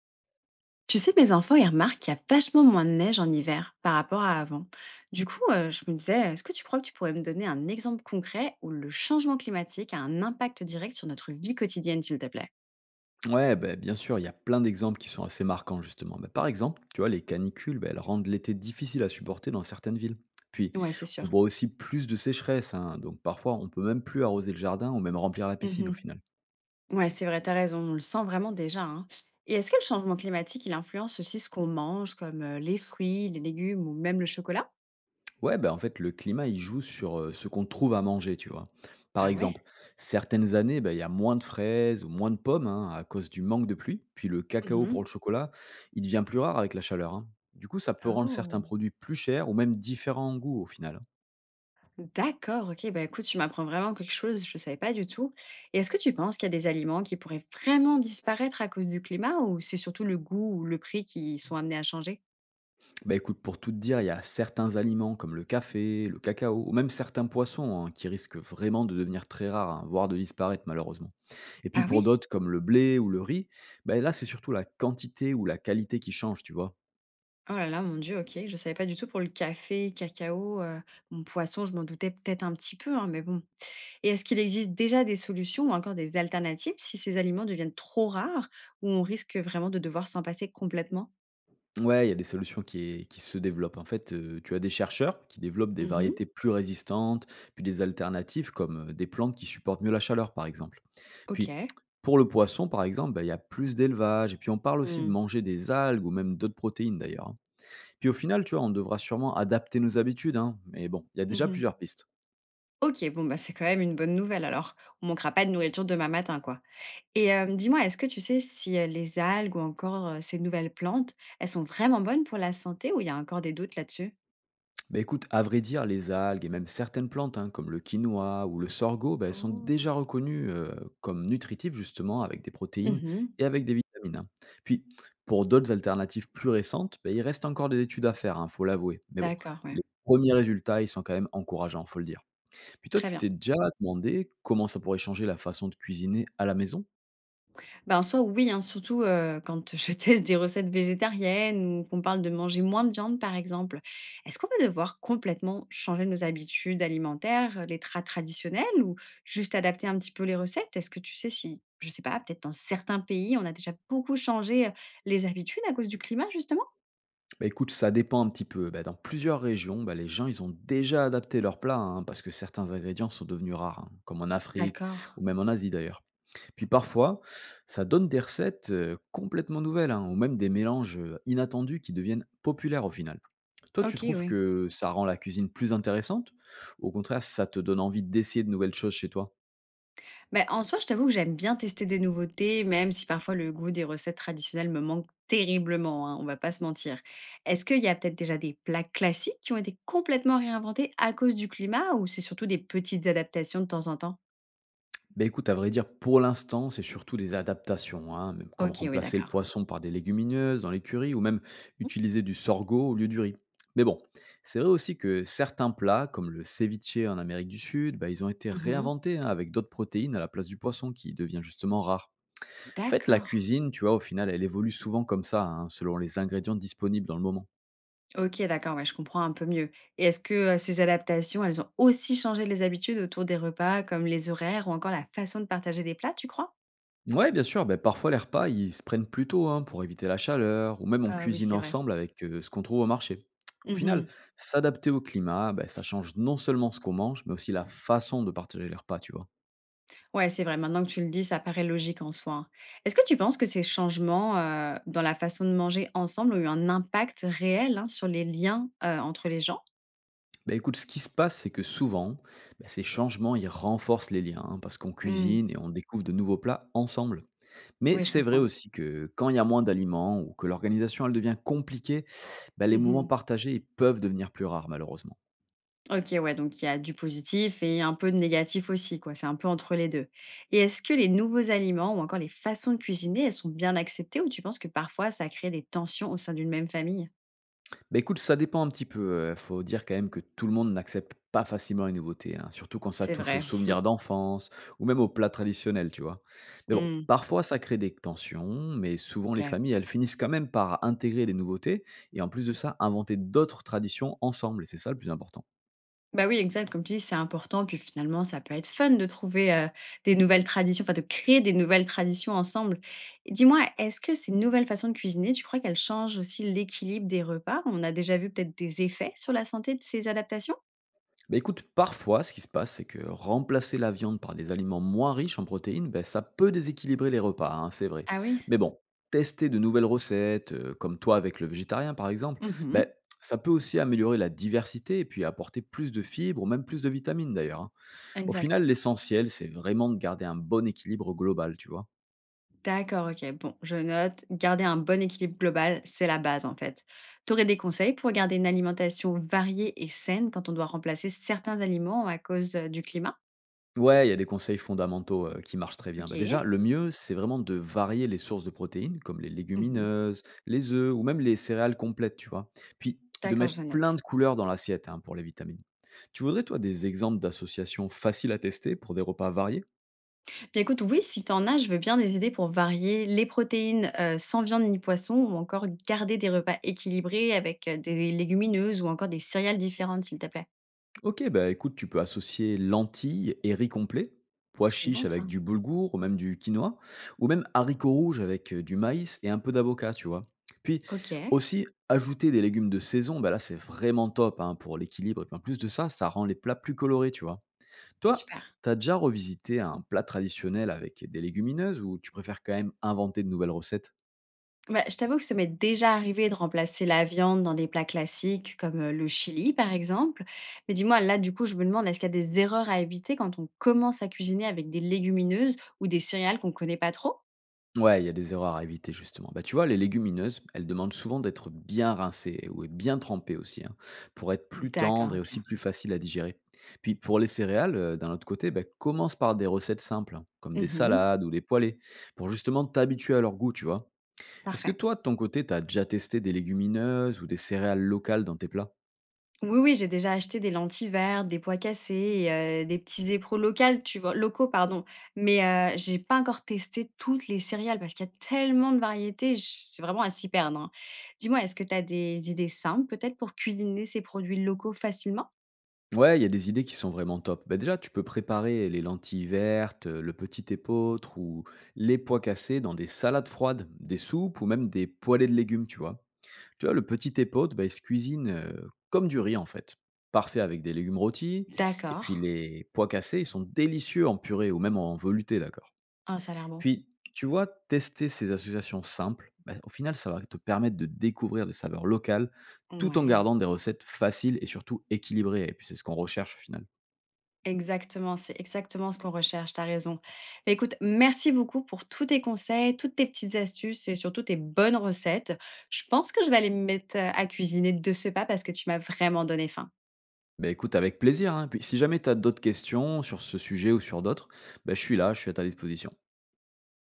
Tu sais, mes enfants, ils remarquent qu'il y a vachement moins de neige en hiver par rapport à avant. Du coup, je me disais, est-ce que tu crois que tu pourrais me donner un exemple concret où le changement climatique a un impact direct sur notre vie quotidienne, s'il te plaît? Ouais, ben bien sûr, il y a plein d'exemples qui sont assez marquants, justement. Bah, par exemple, tu vois, les canicules, ben elles rendent l'été difficile à supporter dans certaines villes. Puis, Ouais, c'est on sûr. voit aussi plus de sécheresse, hein, donc parfois, on peut même plus arroser le jardin ou même remplir la piscine au Mhm. final. Ouais, c'est vrai, t'as raison, on le sent vraiment déjà, hein. Et est-ce que le changement climatique, il influence aussi ce qu'on mange, comme les fruits, les légumes ou même le chocolat? Ouais, ben en fait, le climat, il joue sur ce qu'on trouve à manger, tu vois. Par Ah ouais. exemple, certaines années, ben il y a moins de fraises ou moins de pommes hein, à cause du manque de pluie. Puis, le cacao pour le Mhm. chocolat, il devient plus rare avec la chaleur, hein. Du coup, ça peut rendre certains Oh, produits plus chers ou même différents en goût au final, hein. d'accord, OK. Bah, écoute, tu m'apprends vraiment quelque chose, je ne savais pas du tout. Et est-ce que tu penses qu'il y a des aliments qui pourraient vraiment disparaître à cause du climat, ou c'est surtout le goût ou le prix qui sont amenés à changer? Bah écoute, pour tout te dire, il y a certains aliments comme le café, le cacao, ou même certains poissons hein, qui risquent vraiment de devenir très rares, hein, voire de disparaître malheureusement. Et puis Ah pour oui? d'autres comme le blé ou le riz, bah là c'est surtout la quantité ou la qualité qui change, tu vois. Oh là là, mon Dieu, OK. Je ne savais pas du tout pour le café, cacao, bon, poisson, je m'en doutais peut-être un petit peu, hein, mais bon. Et est-ce qu'il existe déjà des solutions ou encore des alternatives si ces aliments deviennent trop rares, ou on risque vraiment de devoir s'en passer complètement? Ouais, il y a des solutions qui se développent. En fait, tu as des chercheurs qui développent des Mhm. variétés plus résistantes, puis des alternatives comme des plantes qui supportent mieux la chaleur, par exemple. Puis, OK. pour le poisson, par exemple, bah, il y a plus d'élevage. Et puis, on parle aussi de Hmm. manger des algues ou même d'autres protéines, d'ailleurs, hein. Puis au final, tu vois, on devra sûrement adapter nos habitudes, hein, mais bon, il y a déjà plusieurs Mhm. pistes. OK, bon, bah, c'est quand même une bonne nouvelle alors. On manquera pas de nourriture demain matin, quoi. Et dis-moi, est-ce que tu sais si, les algues ou encore, ces nouvelles plantes, elles sont vraiment bonnes pour la santé ou il y a encore des doutes là-dessus? Bah écoute, à vrai dire, les algues et même certaines plantes, hein, comme le quinoa ou le sorgho, bah, elles sont Oh! déjà reconnues comme nutritives, justement, avec des protéines Mmh. et avec des vitamines, hein. Puis, pour d'autres alternatives plus récentes, bah, il reste encore des études à faire, il faut l'avouer. Mais bon, D'accord, ouais. les premiers résultats, ils sont quand même encourageants, faut le dire. Puis toi, Très tu bien. t'es déjà demandé comment ça pourrait changer la façon de cuisiner à la maison? Bah, en soi, oui, hein, surtout, quand je teste des recettes végétariennes ou qu'on parle de manger moins de viande, par exemple. Est-ce qu'on va devoir complètement changer nos habitudes alimentaires, les tras traditionnels, ou juste adapter un petit peu les recettes? Est-ce que tu sais si, je sais pas, peut-être dans certains pays, on a déjà beaucoup changé, les habitudes à cause du climat, justement? Bah écoute, ça dépend un petit peu. Bah, dans plusieurs régions, bah, les gens ils ont déjà adapté leurs plats hein, parce que certains ingrédients sont devenus rares, hein, comme en Afrique D'accord. ou même en Asie d'ailleurs. Puis parfois, ça donne des recettes complètement nouvelles hein, ou même des mélanges inattendus qui deviennent populaires au final. Toi, tu OK, trouves oui. que ça rend la cuisine plus intéressante ou au contraire, ça te donne envie d'essayer de nouvelles choses chez toi? Bah, en soi, je t'avoue que j'aime bien tester des nouveautés, même si parfois le goût des recettes traditionnelles me manque terriblement, hein, on va pas se mentir. Est-ce qu'il y a peut-être déjà des plats classiques qui ont été complètement réinventés à cause du climat, ou c'est surtout des petites adaptations de temps en temps? Ben écoute, à vrai dire, pour l'instant, c'est surtout des adaptations, hein, même comme Ok, oui, remplacer le d'accord. poisson par des légumineuses dans l'écurie ou même Mhm. utiliser du sorgho au lieu du riz. Mais bon, c'est vrai aussi que certains plats, comme le ceviche en Amérique du Sud, ben ils ont été Mhm. réinventés hein, avec d'autres protéines à la place du poisson qui devient justement rare. En fait, la D'accord. cuisine, tu vois, au final, elle évolue souvent comme ça, hein, selon les ingrédients disponibles dans le moment. Ok, d'accord, ouais, je comprends un peu mieux. Et est-ce que ces adaptations, elles ont aussi changé les habitudes autour des repas, comme les horaires ou encore la façon de partager des plats, tu crois? Ouais, bien sûr, ben, parfois les repas, ils se prennent plus tôt hein, pour éviter la chaleur, ou même on Ah oui, cuisine c'est vrai. ensemble avec ce qu'on trouve au marché. Au final, s'adapter au climat, ben, ça change non seulement ce qu'on mange, mais aussi la façon de partager les repas, tu vois. Ouais, c'est vrai, maintenant que tu le dis, ça paraît logique en soi, hein. Est-ce que tu penses que ces changements, dans la façon de manger ensemble, ont eu un impact réel, hein, sur les liens, entre les gens? Ben, écoute, ce qui se passe, c'est que souvent, ben, ces changements, ils renforcent les liens, hein, parce qu'on Mmh. cuisine et on découvre de nouveaux plats ensemble. Mais Oui, je c'est vrai comprends. aussi que quand il y a moins d'aliments ou que l'organisation, elle devient compliquée, ben, les moments Mmh. partagés, ils peuvent devenir plus rares, malheureusement. OK, ouais, donc il y a du positif et un peu de négatif aussi, quoi. C'est un peu entre les 2. Et est-ce que les nouveaux aliments ou encore les façons de cuisiner, elles sont bien acceptées ou tu penses que parfois ça crée des tensions au sein d'une même famille? Bah, écoute, ça dépend un petit peu, faut dire quand même que tout le monde n'accepte pas facilement les nouveautés, hein, surtout quand ça C'est touche aux vrai. souvenirs d'enfance ou même aux plats traditionnels, tu vois? Mais bon, Mmh. parfois ça crée des tensions, mais souvent les OK. familles, elles finissent quand même par intégrer les nouveautés et en plus de ça, inventer d'autres traditions ensemble et c'est ça le plus important. Bah oui, exact, comme tu dis, c'est important. Puis finalement, ça peut être fun de trouver des nouvelles traditions, enfin de créer des nouvelles traditions ensemble. Et dis-moi, est-ce que ces nouvelles façons de cuisiner, tu crois qu'elles changent aussi l'équilibre des repas? On a déjà vu peut-être des effets sur la santé de ces adaptations? Bah, écoute, parfois, ce qui se passe, c'est que remplacer la viande par des aliments moins riches en protéines, bah, ça peut déséquilibrer les repas, hein, c'est vrai. Ah oui. Mais bon, tester de nouvelles recettes, comme toi avec le végétarien par exemple, bah, Mhm. ça peut aussi améliorer la diversité et puis apporter plus de fibres ou même plus de vitamines d'ailleurs, hein. Au Exact. final, l'essentiel, c'est vraiment de garder un bon équilibre global, tu vois. D'accord, ok. Bon, je note, garder un bon équilibre global, c'est la base en fait. Tu aurais des conseils pour garder une alimentation variée et saine quand on doit remplacer certains aliments à cause du climat? Ouais, il y a des conseils fondamentaux, qui marchent très bien. Bah, Ok. déjà, le mieux, c'est vraiment de varier les sources de protéines, comme les Mhm. légumineuses, les œufs ou même les céréales complètes, tu vois? Puis, de D'accord, mettre je plein note. de couleurs dans l'assiette, hein, pour les vitamines. Tu voudrais, toi, des exemples d'associations faciles à tester pour des repas variés? Bah, écoute, oui, si t'en as, je veux bien des idées pour varier les protéines sans viande ni poisson, ou encore garder des repas équilibrés avec des légumineuses ou encore des céréales différentes, s'il te plaît. Ok, bah écoute, tu peux associer lentilles et riz complet, Ouh, pois c'est bon chiches ça. avec du boulgour ou même du quinoa, ou même haricots rouges avec du maïs et un peu d'avocat, tu vois. Puis Ok, aussi, ajouter des légumes de saison, bah là c'est vraiment top hein, pour l'équilibre. Et puis en plus de ça, ça rend les plats plus colorés, tu vois. Toi, super. t'as déjà revisité un plat traditionnel avec des légumineuses ou tu préfères quand même inventer de nouvelles recettes? Bah, je t'avoue que ça m'est déjà arrivé de remplacer la viande dans des plats classiques comme le chili, par exemple. Mais dis-moi, là, du coup, je me demande, est-ce qu'il y a des erreurs à éviter quand on commence à cuisiner avec des légumineuses ou des céréales qu'on connaît pas trop? Ouais, il y a des erreurs à éviter justement. Bah, tu vois, les légumineuses, elles demandent souvent d'être bien rincées ou bien trempées aussi, hein, pour être plus D'accord, tendres et ok. aussi plus faciles à digérer. Puis pour les céréales, d'un autre côté, bah, commence par des recettes simples, hein, comme des Mhm. salades ou des poêlées, pour justement t'habituer à leur goût, tu vois. Est-ce que Parfait. toi, de ton côté, t'as déjà testé des légumineuses ou des céréales locales dans tes plats? Oui, oui, j'ai déjà acheté des lentilles vertes, des pois cassés et des petits dépros locales, tu vois locaux, pardon. Mais j'ai pas encore testé toutes les céréales parce qu'il y a tellement de variétés, j c'est vraiment à s'y perdre, hein. Dis-moi, est-ce que tu as des idées simples peut-être pour cuisiner ces produits locaux facilement? Ouais, il y a des idées qui sont vraiment top. Bah, déjà, tu peux préparer les lentilles vertes, le petit épeautre ou les pois cassés dans des salades froides, des soupes ou même des poêlées de légumes, tu vois. Tu vois, le petit épaule, bah, il se cuisine, comme du riz, en fait. Parfait avec des légumes rôtis et D'accord. puis les pois cassés, ils sont délicieux en purée ou même en velouté, d'accord. Ah, ça a l'air bon. Puis, tu vois, tester ces associations simples, bah, au final, ça va te permettre de découvrir des saveurs locales, tout en Ouais. gardant des recettes faciles et surtout équilibrées et puis c'est ce qu'on recherche, au final. Exactement, c'est exactement ce qu'on recherche, tu raison. Bah, écoute, merci beaucoup pour tous tes conseils, toutes tes petites astuces et surtout tes bonnes recettes. Je pense que je vais aller me mettre, à cuisiner de ce pas parce que tu m'as vraiment donné faim. Bah, écoute, avec plaisir, hein, puis si jamais tu as d'autres questions sur ce sujet ou sur d'autres, bah, je suis là, je suis à ta disposition.